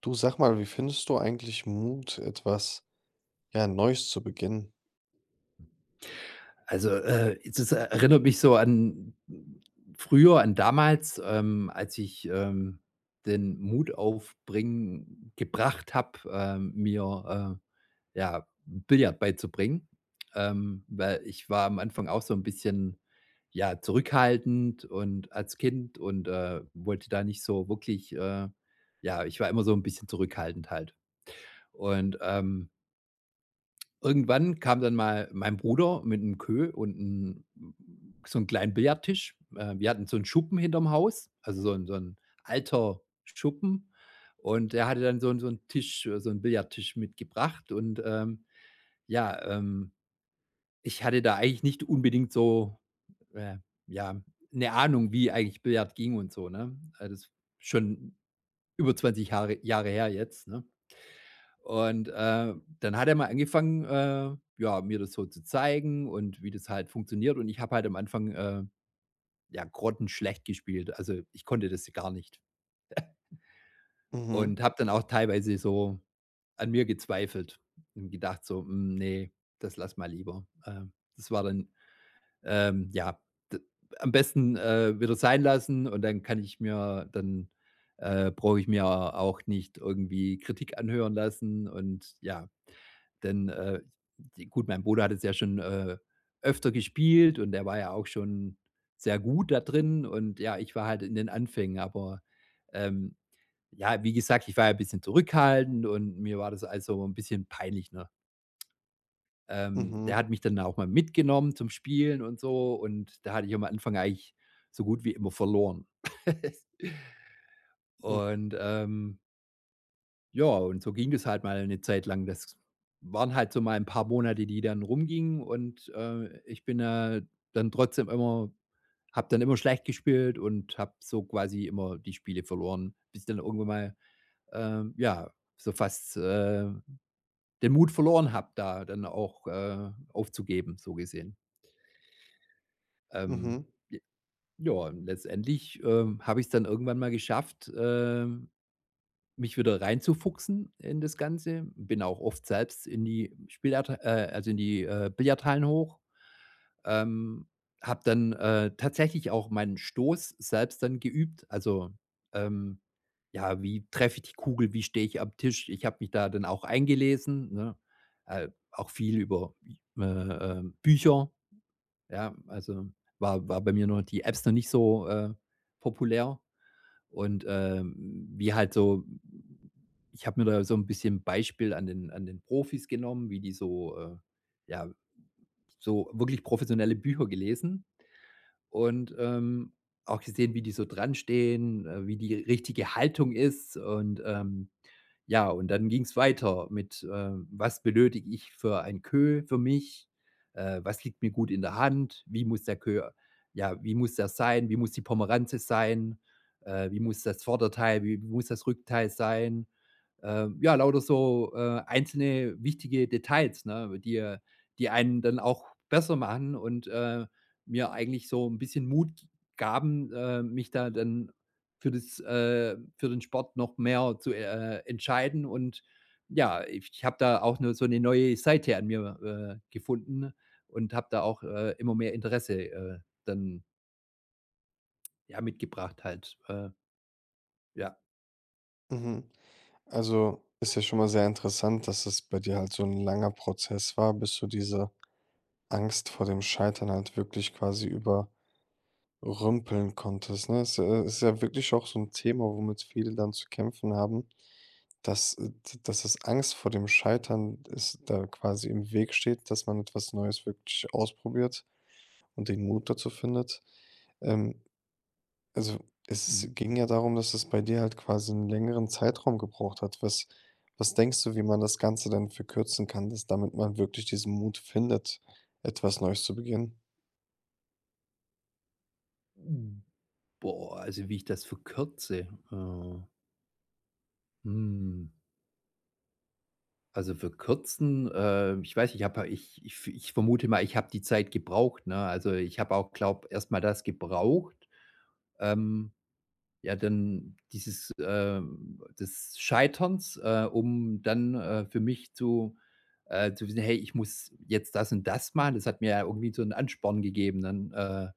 Du sag mal, wie findest du eigentlich Mut, etwas, ja, Neues zu beginnen? Also, das erinnert mich so an früher, an damals, als ich, den Mut aufbringen gebracht habe, mir, ja, Billard beizubringen. Weil ich war am Anfang auch so ein bisschen, ja, zurückhaltend und als Kind und, wollte da nicht so wirklich, ja, ich war immer so ein bisschen zurückhaltend halt. Und, ähm Irgendwann kam dann mal mein Bruder mit einem Queue und 'n so einem kleinen Billardtisch. Wir hatten so einen Schuppen hinterm Haus, also so 'n alter Schuppen, und er hatte dann so 'n Tisch so einen Billardtisch mitgebracht. Und, ja, ähm, Ich hatte da eigentlich nicht unbedingt so, äh, ja, eine Ahnung, wie eigentlich Billard ging und so, ne? Das ist schon über 20 Jahre her jetzt, ne? Und, äh, Dann hat er mal angefangen, ja, mir das so zu zeigen und wie das halt funktioniert. Und ich habe halt am Anfang, ja, grottenschlecht gespielt. Also, ich konnte das gar nicht Mhm, und habe dann auch teilweise so an mir gezweifelt und gedacht so: „Hm, ne, das lass mal lieber.“ Das war dann, ja, d am besten, wieder sein lassen, und dann kann ich mir dann, brauche ich mir auch nicht irgendwie Kritik anhören lassen, und ja, denn, d gut, mein Bruder hat es ja schon, öfter gespielt, und er war ja auch schon sehr gut da drin, und ja, ich war halt in den Anfängen, aber, ähm, ja, wie gesagt, ich war ja ein bisschen zurückhaltend, und mir war das also ein bisschen peinlich, ne? Der mhm, hat mich dann auch mal mitgenommen zum Spielen und so, und da hatte ich am Anfang eigentlich so gut wie immer verloren, m und, ja, und so ging das halt mal eine Zeit lang. Das waren halt so mal ein paar Monate, die dann rumgingen, und, ich bin, dann trotzdem immer habe dann immer schlecht gespielt und habe so quasi immer die Spiele verloren, bis ich dann irgendwann mal, ja, so fast, den Mut verloren habe, da dann auch, aufzugeben, so gesehen. Ähm, mhm, j Ja, und letztendlich, habe ich es dann irgendwann mal geschafft, mich wieder reinzufuchsen in das Ganze. Bin auch oft selbst in die Spielat also in die, Billardhallen hoch. Ähm, Habe dann, tatsächlich auch meinen Stoß selbst dann geübt. Also, ähm, ja, wie treffe ich die Kugel? Wie stehe ich am Tisch? Ich habe mich da dann auch eingelesen, ne? Auch viel über, Bücher, ja. Also, war bei mir noch die Apps noch nicht so, populär. Und, wie halt so Ich habe mir da so ein bisschen Beispiel an den Profis genommen, wie die so, ja, so wirklich professionelle Bücher gelesen und, auch gesehen, wie die so dranstehen, wie die richtige Haltung ist, und, ja, und dann ging es weiter mit, was benötige ich für ein Queue für mich? Was liegt mir gut in der Hand? Wie muss der sein? Wie muss die Pomeranze sein? Wie muss das Vorderteil, wie muss das Rückteil sein? Ja, lauter so, einzelne wichtige Details, ne, die einen dann auch besser machen und, mir eigentlich so ein bisschen Mut gaben, mich da dann für den Sport noch mehr zu, entscheiden. Und ja, ich habe da auch so eine neue Seite an mir, gefunden und habe da auch, immer mehr Interesse, dann, ja, mitgebracht halt. Ja. mhm. Also, ist ja schon mal sehr interessant, dass es bei dir halt so ein langer Prozess war, bis du diese Angst vor dem Scheitern halt wirklich quasi überrümpeln konntest, ne? Ist ja, ist ja wirklich auch so ein Thema, womit viele dann zu kämpfen haben, dass d dass das Angst vor dem Scheitern ist, da quasi im Weg steht, dass man etwas Neues wirklich ausprobiert und den Mut dazu findet. Ähm, also, es Mhm. ging ja darum, dass es bei dir halt quasi einen längeren Zeitraum gebraucht hat. Was denkst du, wie man das Ganze dann verkürzen kann, dass damit man wirklich diesen Mut findet, etwas Neues zu beginnen? Boah, also, wie ich das verkürze? Hm, also für kürzen, ich weiß, ich vermute mal, ich habe die Zeit gebraucht, ne? Also, ich habe auch, glaube erst mal das gebraucht, ähm ja, dann dieses, des Scheiterns, um dann, für mich zu wissen: „Hey, ich muss jetzt das und das machen.“ Das hat mir ja irgendwie so einen Ansporn gegeben, dann,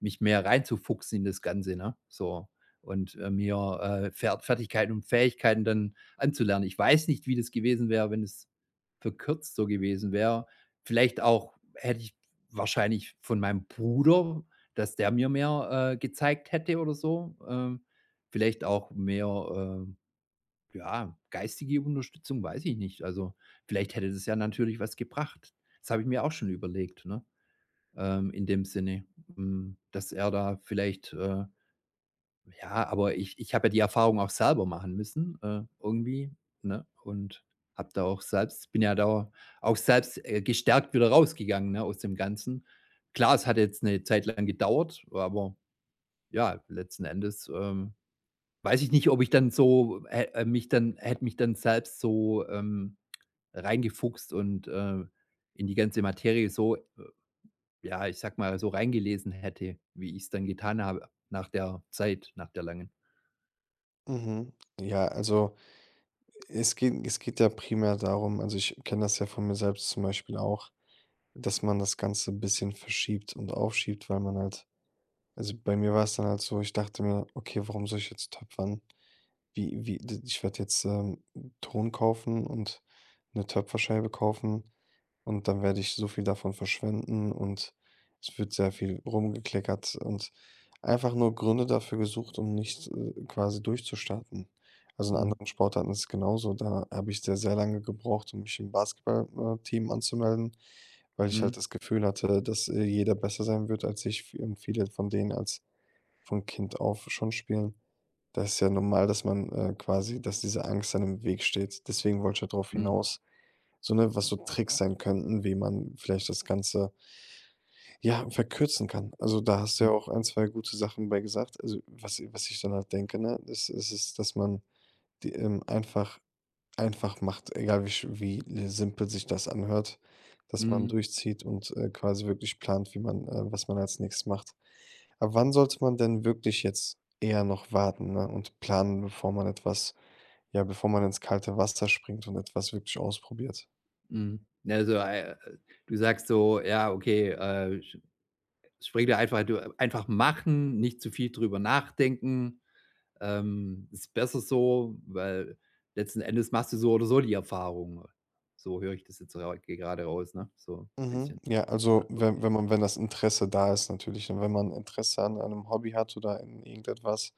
mich mehr reinzufuchsen in das Ganze, ne? So, und, mir, Fertigkeiten und Fähigkeiten dann anzulernen. Ich weiß nicht, wie das gewesen wäre, wenn es verkürzt so gewesen wäre. Vielleicht auch hätte ich wahrscheinlich von meinem Bruder, dass der mir mehr, gezeigt hätte oder so. Vielleicht auch mehr, ja, geistige Unterstützung, weiß ich nicht. Also, vielleicht hätte das ja natürlich was gebracht. Das habe ich mir auch schon überlegt, ne? In dem Sinne, dass er da vielleicht, ja, aber ich habe ja die Erfahrung auch selber machen müssen, irgendwie, ne? Und habe da auch selbst, bin ja da auch selbst, gestärkt wieder rausgegangen, ne, aus dem Ganzen. Klar, es hat jetzt eine Zeit lang gedauert, aber ja, letzten Endes, weiß ich nicht, ob ich dann so hä mich dann hätte mich dann selbst so, reingefuchst und, in die ganze Materie so, ja, ich sag mal, so reingelesen hätte, wie ich es dann getan habe nach der Zeit, nach der langen. Mhm. Ja, also, es geht ja primär darum also, ich kenne das ja von mir selbst zum Beispiel auch, "dass" man". Das Ganze ein bisschen verschiebt und aufschiebt, weil man halt also, bei mir war es dann halt so, ich dachte mir: „Okay, warum soll ich jetzt töpfern?“ Wie wie d ich werde jetzt, Ton kaufen und eine Töpferscheibe kaufen und dann werde ich so viel davon verschwenden und es wird sehr viel rumgekleckert und einfach nur Gründe dafür gesucht, um nicht, quasi durchzustarten. Also, in Mhm. anderen Sportarten ist es genauso. Da habe ich sehr, sehr lange gebraucht, um mich im Basketballteam anzumelden, weil ich Mhm. halt das Gefühl hatte, dass, jeder besser sein wird als ich und viele von denen als von Kind auf schon spielen. Das ist ja normal, dass man, quasi dass diese Angst dann im Weg steht. Deswegen wollte ich ja drauf Mhm. hinaus, so, ne, was so Tricks sein könnten, wie man vielleicht das Ganze, ja, verkürzen kann. Also, da hast du Mhm. ja auch ein, 2 gute Sachen bei gesagt. Also, was was ich dann halt denke, ne, ist ist es, dass man die, einfach einfach macht, egal wie sch wie simpel sich das anhört, dass man Mhm. durchzieht und, quasi wirklich plant, wie man was man als Nächstes macht. Aber wann sollte man denn wirklich jetzt eher noch warten, ne, und planen, bevor man etwas ja, bevor man ins kalte Wasser springt und etwas wirklich ausprobiert? Mhm. Ja, so, du sagst so: „Ja, okay, sch spring da einfach, du einfach machen, nicht zu viel drüber nachdenken.“ Ist besser so, weil letzten Endes machst du so oder so die Erfahrung. So höre ich das jetzt rau gerade raus, ne? So ein Mhm. bisschen. Ja, also Ah, wenn okay. wenn man wenn das Interesse da ist natürlich und wenn man Interesse an einem Hobby hat oder in irgendetwas,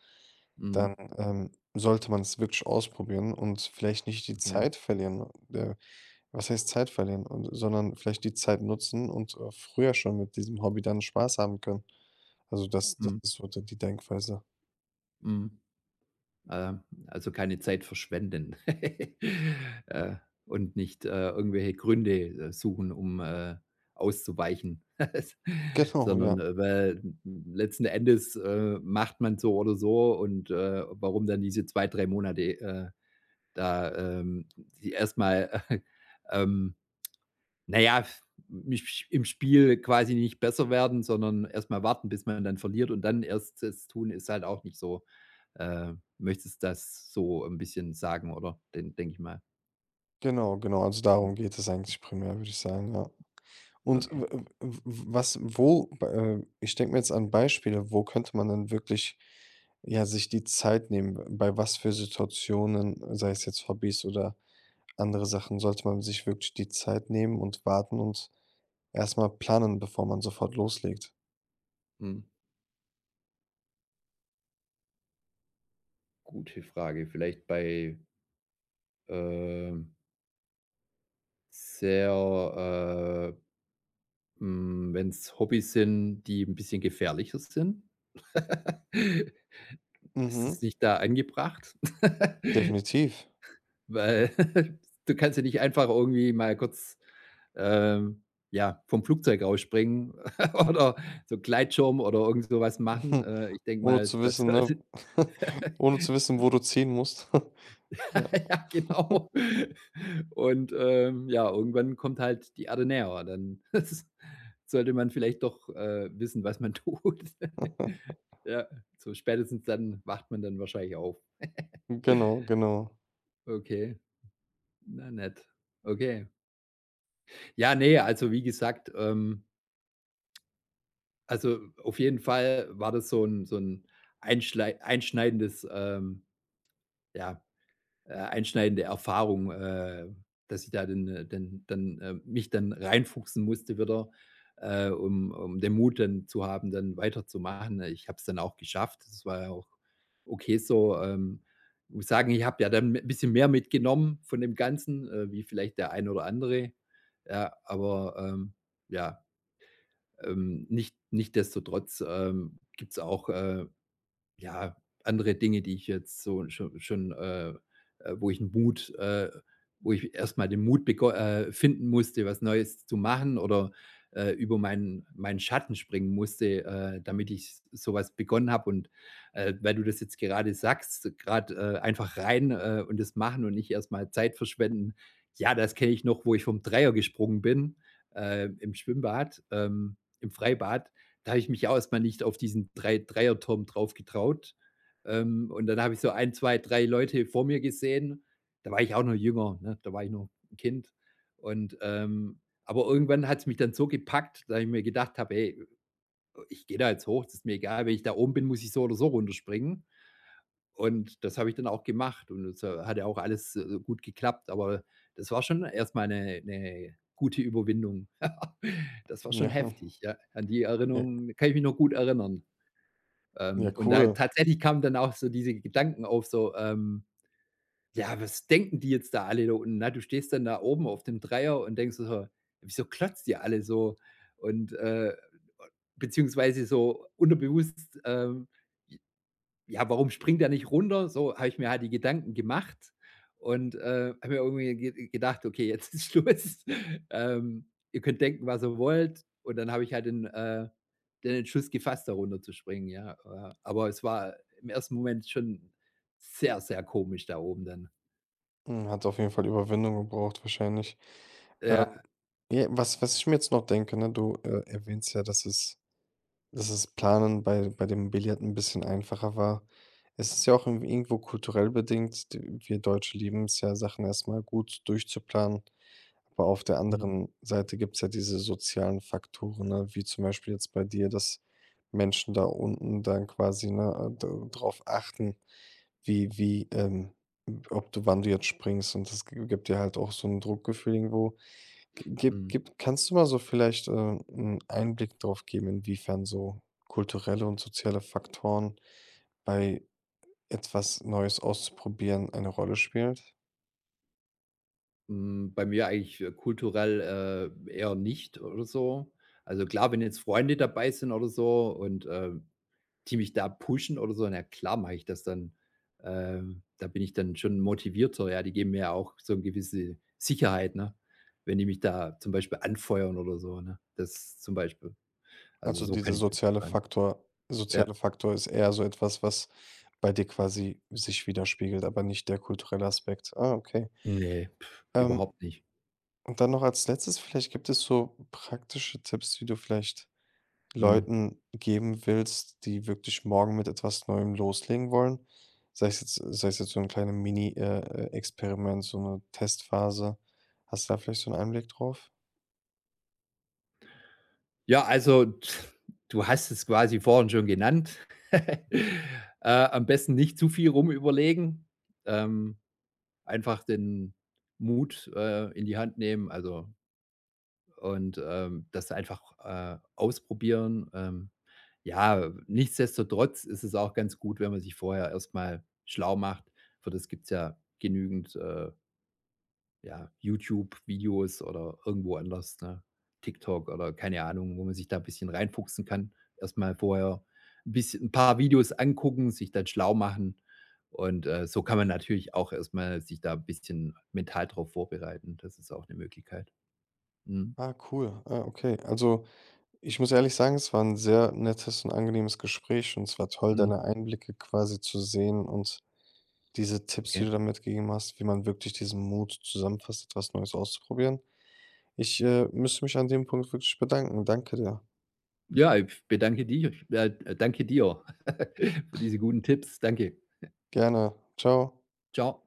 dann, Mhm. Sollte man es wirklich ausprobieren und vielleicht nicht die Okay. Zeit verlieren. Äh, Was heißt Zeit verlieren? Und sondern vielleicht die Zeit nutzen und, früher schon mit diesem Hobby dann Spaß haben können. Also, das das Mhm. ist so d die Denkweise. Mhm. Äh, also keine Zeit verschwenden. Äh, und nicht, irgendwelche Gründe, suchen, um, auszuweichen, Genau, sondern, ja. Weil letzten Endes, macht man so oder so, und, warum dann diese 2 3 Monate, da, ähm, die erst mal, ähm, na ja, mich im Spiel quasi nicht besser werden, sondern erstmal warten, bis man dann verliert und dann erst es tun, ist halt auch nicht so. Möchtest das so ein bisschen sagen, oder? Den denke ich mal. Genau, genau. Also, darum Hm, geht es ja, eigentlich primär, würde ich sagen, ja. Und w okay. w w was wo ich denke mir jetzt an Beispiele, wo könnte man dann wirklich, ja, sich die Zeit nehmen? Bei was für Situationen, sei es jetzt Hobbys oder andere Sachen, sollte man sich wirklich die Zeit nehmen und warten und erst mal planen, bevor man sofort loslegt? Hm, Gute Frage. Vielleicht bei, ähm, sehr, wenn's Hobbys sind, die ein bisschen gefährlicher sind? Ist Mhm. es nicht da angebracht? Definitiv. Weil du kannst ja nicht einfach irgendwie mal kurz, ähm, ja, vom Flugzeug rausspringen oder so Gleitschirm oder irgend sowas machen. Ich denke Ohne mal, zu das wissen, ne? sollte Ohne zu wissen, wo du ziehen musst. Ja. ja, genau. Und, ja, irgendwann kommt halt die Erde näher. Dann sollte man vielleicht doch, wissen, was man tut. Ja, so spätestens dann wacht man dann wahrscheinlich auf. Genau, genau. Okay, na nett. Okay. Ja, ne, also wie gesagt, also, auf jeden Fall war das so ein einschlei einschneidendes, ja, einschneidende Erfahrung, dass ich da dann, mich dann reinfuchsen musste wieder, um den Mut dann zu haben, dann weiterzumachen. Ich habe es dann auch geschafft. Das war ja auch okay so. Ich muss sagen, ich habe ja dann ein bisschen mehr mitgenommen von dem Ganzen, wie vielleicht der ein oder andere. Ja, aber, ja. Nicht nicht desto trotz gibt es auch, ja, andere Dinge, die ich jetzt so schon, äh wo ich einen Mut äh, wo ich erstmal den Mut beko finden musste, was Neues zu machen, oder, über meinen Schatten springen musste, damit ich s so was begonnen habe. Und, weil du das jetzt gerade sagst, gerade einfach rein, und das machen und nicht erstmal Zeit verschwenden. Ja, das kenne ich noch, wo ich vom Dreier gesprungen bin, im Schwimmbad, im Freibad, da habe ich mich ja auch erstmal nicht auf diesen Dreierturm drauf getraut. Und dann habe ich so ein 2 3 Leute vor mir gesehen. Da war ich auch noch jünger, ne? Da war ich noch ein Kind. Aber irgendwann hat es mich dann so gepackt, dass ich mir gedacht habe: „Hey, ich gehe da jetzt hoch, das ist mir egal, wenn ich da oben bin, muss ich so oder so runterspringen.“ Und das habe ich dann auch gemacht, und es hat ja auch alles, gut geklappt, aber das war schon erstmal eine 'ne 'ne gute Überwindung. Das war schon Ja, heftig, ja. An die ja, Erinnerung kann ich mich noch gut erinnern. ja, Und da cool. tatsächlich kamen dann auch so diese Gedanken auf, so, „Ja, was denken die jetzt da alle da unten?“ Ne? Du stehst dann da oben auf dem Dreier und denkst dir so: „Wieso klotzt ihr alle so?“ Und, beziehungsweise so unterbewusst, ja, warum springt er nicht runter? So habe ich mir halt die Gedanken gemacht und, habe mir irgendwie ge gedacht: „Okay, jetzt ist Schluss. Ihr könnt denken, was ihr wollt.“ Und dann habe ich halt den Entschluss gefasst, da runter zu springen, ja. Aber es war im ersten Moment schon sehr, sehr komisch da oben dann. Hm, hat auf jeden Fall Überwindung gebraucht wahrscheinlich. Ähm, Ja. ja, was was ich mir jetzt noch denke, ne, du, erwähnst ja, dass es Planen bei bei dem Billard ein bisschen einfacher war. Es ist ja auch irgendwie irgendwo kulturell bedingt. D wir Deutsche lieben es ja, Sachen erstmal gut durchzuplanen. Aber auf der Mhm. anderen Seite gibt's ja diese sozialen Faktoren, ne, wie zum Beispiel jetzt bei dir, dass Menschen da unten dann quasi, ne, d drauf achten, wie wie, ob du wann du jetzt springst und das gi gibt dir halt auch so ein Druckgefühl irgendwo. G gib Mhm. gib kannst du mal so vielleicht, 'n Einblick drauf geben, inwiefern so kulturelle und soziale Faktoren bei etwas Neues auszuprobieren eine Rolle spielt? Bei mir eigentlich, kulturell, eher nicht oder so. Also, klar, wenn jetzt Freunde dabei sind oder so, und, die mich da pushen oder so, na klar mache ich das dann. Da bin ich dann schon motivierter, ja, die geben mir ja auch so eine gewisse Sicherheit, ne? Wenn die mich da zum Beispiel anfeuern oder so, ne? Das zum Beispiel. Also, Also so kann dieser ich das sagen. Ja. soziale Faktor ist eher so etwas, was bei dir quasi sich widerspiegelt, aber nicht der kulturelle Aspekt. Ah, okay. Ne, Ähm, überhaupt nicht. und dann noch als Letztes, vielleicht gibt es so praktische Tipps, die du vielleicht Mhm. Leuten geben willst, die wirklich morgen mit etwas Neuem loslegen wollen. Sei es jetzt so ein kleines Mini, Experiment, so eine Testphase. Hast du da vielleicht so einen Einblick drauf? Ja, also, du hast es quasi vorhin schon genannt. Am besten nicht zu viel rumüberlegen, ähm, einfach den Mut, in die Hand nehmen. Und, das einfach, ausprobieren. Ja, nichtsdestotrotz ist es auch ganz gut, wenn man sich vorher erstmal schlau macht. Für das gibt's ja genügend, ja, YouTube-Videos oder irgendwo anders, ne? TikTok oder keine Ahnung, wo man sich da ein bisschen reinfuchsen kann, erstmal vorher ein bisschen ein paar Videos angucken, sich dann schlau machen, und, so kann man natürlich auch erstmal sich da ein bisschen mental drauf vorbereiten. Das ist auch eine Möglichkeit. Mhm, Ah, cool. Ah, okay. Also Ich muss ehrlich sagen, es war ein sehr nettes und angenehmes Gespräch und es war toll, mhm, deine Einblicke quasi zu sehen und diese Tipps, die okay. du da mitgegeben hast, wie man wirklich diesen Mut zusammenfasst, etwas Neues auszuprobieren. Ich, müsste mich an dem Punkt wirklich bedanken. Danke dir. Ja, ich bedanke dich danke dir für diese guten Tipps. Danke. Gerne. Ciao. Ciao.